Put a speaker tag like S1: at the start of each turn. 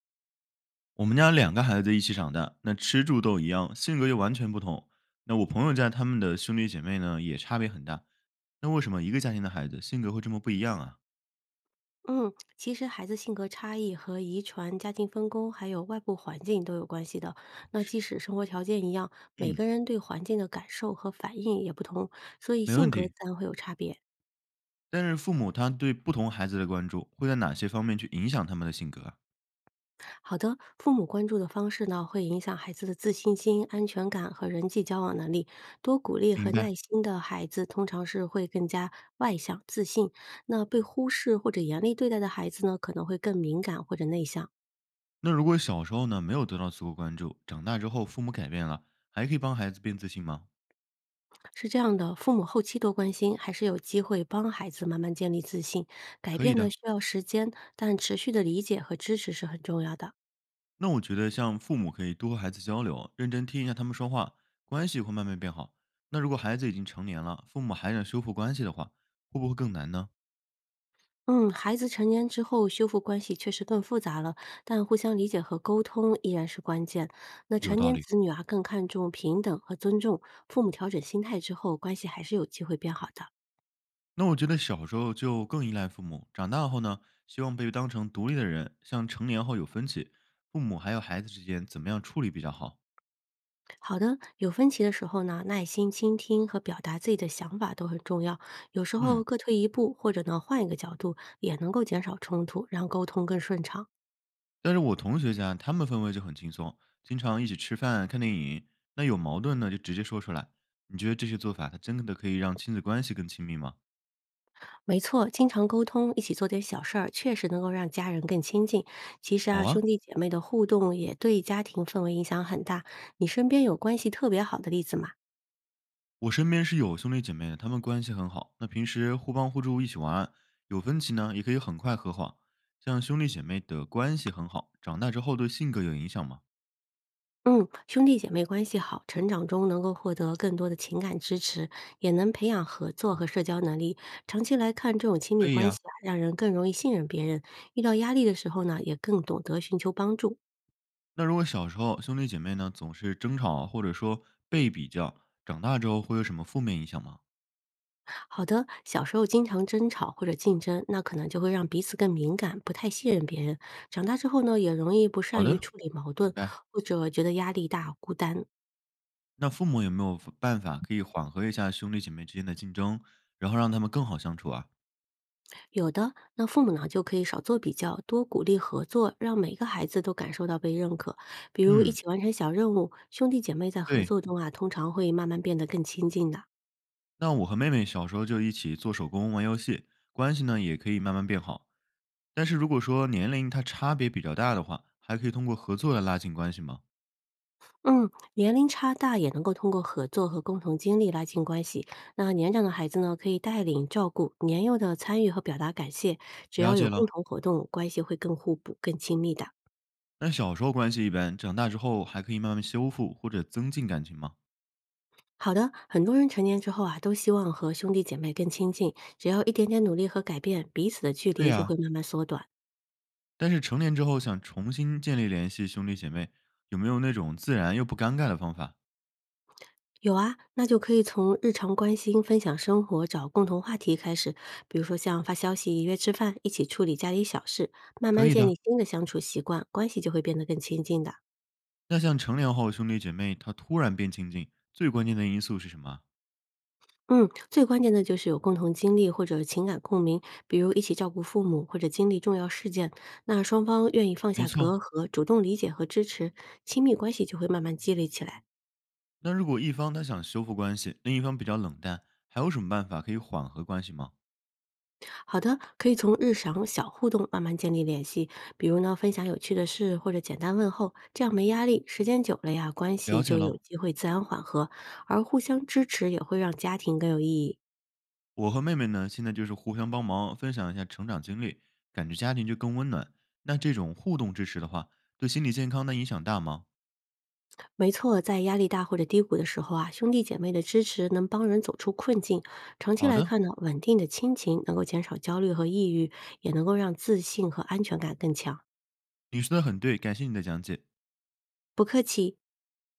S1: 我们家两个孩子一起长大，那吃住都一样，性格又完全不同。那我朋友家他们的兄弟姐妹呢，也差别很大。那为什么一个家庭的孩子性格会这么不一样啊？
S2: 嗯，其实孩子性格差异和遗传、家庭分工，还有外部环境都有关系的。那即使生活条件一样，每
S1: 嗯，
S2: 个人对环境的感受和反应也不同，所以
S1: 没
S2: 性
S1: 问
S2: 格自
S1: 题，
S2: 然会有差别。
S1: 但是父母他对不同孩子的关注会在哪些方面去影响他们的性格啊？
S2: 好的，父母关注的方式呢，会影响孩子的自信心、安全感和人际交往能力。多鼓励和
S1: 明
S2: 耐
S1: 白。
S2: 心的孩子，通常是会更加外向、自信；那被忽视或者严厉对待的孩子呢，可能会更敏感或者内向。
S1: 那如果小时候呢没有得到足够关注，长大之后父母改变了，还可以帮孩子变自信吗？
S2: 是这样的，父母后期多关心，还是有机会帮孩子慢慢建立自信。改
S1: 可以
S2: 变呢
S1: 的，
S2: 需要时间，但持续的理解和支持是很重要的。
S1: 那我觉得像父母可以多和孩子交流，认真听一下他们说话，关系会慢慢变好。那如果孩子已经成年了，父母还想修复关系的话，会不会更难呢？
S2: 嗯，孩子成年之后修复关系确实更复杂了，但互相理解和沟通依然是关键。那
S1: 有
S2: 成
S1: 道
S2: 年
S1: 理。
S2: 子女啊更看重平等和尊重，父母调整心态之后，关系还是有机会变好的。
S1: 那我觉得小时候就更依赖父母，长大后呢，希望被当成独立的人。像成年后有分歧，父母还有孩子之间怎么样处理比较好？
S2: 好的，有分歧的时候呢，耐心倾听和表达自己的想法都很重要。有时候
S1: 嗯，
S2: 各退一步，或者呢换一个角度，也能够减少冲突，让沟通更顺畅。
S1: 但是我同学家他们氛围就很轻松，经常一起吃饭、看电影。那有矛盾呢，就直接说出来。你觉得这些做法，它真的可以让亲子关系更亲密吗？
S2: 没错，经常沟通，一起做点小事儿，确实能够让家人更亲近。其实
S1: 好
S2: 啊，
S1: 啊，
S2: 兄弟姐妹的互动也对家庭氛围影响很大。你身边有关系特别好的例子吗？
S1: 我身边是有兄弟姐妹的，他们关系很好，那平时互帮互助，一起玩，有分歧呢也可以很快和好。像兄弟姐妹的关系很好，长大之后对性格有影响吗？
S2: 嗯，兄弟姐妹关系好，成长中能够获得更多的情感支持，也能培养合作和社交能力。长期来看，这种亲密
S1: 可以
S2: 关
S1: 呀、
S2: 系啊，让人更容易信任别人，遇到压力的时候呢，也更懂得寻求帮助。
S1: 那如果小时候兄弟姐妹呢总是争吵或者说被比较，长大之后会有什么负面影响吗？
S2: 好的，小时候经常争吵或者竞争，那可能就会让彼此更敏感，不太信任别人。长大之后呢，也容易不
S1: 好
S2: 善于
S1: 的，
S2: 处理矛
S1: 明
S2: 盾，
S1: 白。
S2: 或者觉得压力大、孤单。
S1: 那父母有没有办法可以缓和一下兄弟姐妹之间的竞争，然后让他们更好相处啊？
S2: 有的，那父母呢就可以少做比较，多鼓励合作，让每个孩子都感受到被认可。比如一
S1: 嗯，
S2: 起完成小任务，兄弟姐妹在合
S1: 对。
S2: 作中啊，通常会慢慢变得更亲近的。
S1: 那我和妹妹小时候就一起做手工、玩游戏，关系呢也可以慢慢变好。但是如果说年龄它差别比较大的话，还可以通过合作来拉近关系吗？
S2: 嗯，年龄差大也能够通过合作和共同经历拉近关系。那年长的孩子呢，可以带领照顾；年幼的参与和表达感谢。只
S1: 了
S2: 要有
S1: 解
S2: 共
S1: 了。
S2: 同活动，关系会更互补、更亲密的。
S1: 那小时候关系一般，长大之后还可以慢慢修复或者增进感情吗？
S2: 好的，很多人成年之后啊，都希望和兄弟姐妹更亲近，只要一点点努力和改变，彼此的距
S1: 对
S2: 离就
S1: 呀、
S2: 会慢慢缩短。
S1: 但是成年之后想重新建立联系，兄弟姐妹有没有那种自然又不尴尬的方法？
S2: 有啊，那就可以从日常关心、分享生活、找共同话题开始，比如说像发消息、约吃饭，一起处理家里小事，慢
S1: 可
S2: 慢
S1: 以
S2: 建
S1: 的。
S2: 立新的相处习惯，关系就会变得更亲近的。
S1: 那像成年后兄弟姐妹他突然变亲近，最关键的因素是什么啊
S2: 嗯，最关键的就是有共同经历或者情感共鸣，比如一起照顾父母或者经历重要事件，那双方愿意放
S1: 没
S2: 下隔
S1: 错。
S2: 阂，主动理解和支持，亲密关系就会慢慢积累起来。
S1: 那如果一方他想修复关系，另一方比较冷淡，还有什么办法可以缓和关系吗？
S2: 好的，可以从日常小互动慢慢建立联系，比如呢分享有趣的事或者简单问候，这样没压力，时间久了呀，关
S1: 了
S2: 系
S1: 解
S2: 就有
S1: 了。
S2: 机会自然缓和，而互相支持也会让家庭更有意义。
S1: 我和妹妹呢，现在就是互相帮忙，分享一下成长经历，感觉家庭就更温暖。那这种互动支持的话，对心理健康的影响大吗？
S2: 没错，在压力大或者低谷的时候啊，兄弟姐妹的支持能帮人走出困境。长期
S1: 好
S2: 来
S1: 的，
S2: 看呢，稳定的亲情能够减少焦虑和抑郁，也能够让自信和安全感更强。
S1: 你说的很对，感谢你的讲解。
S2: 不客气。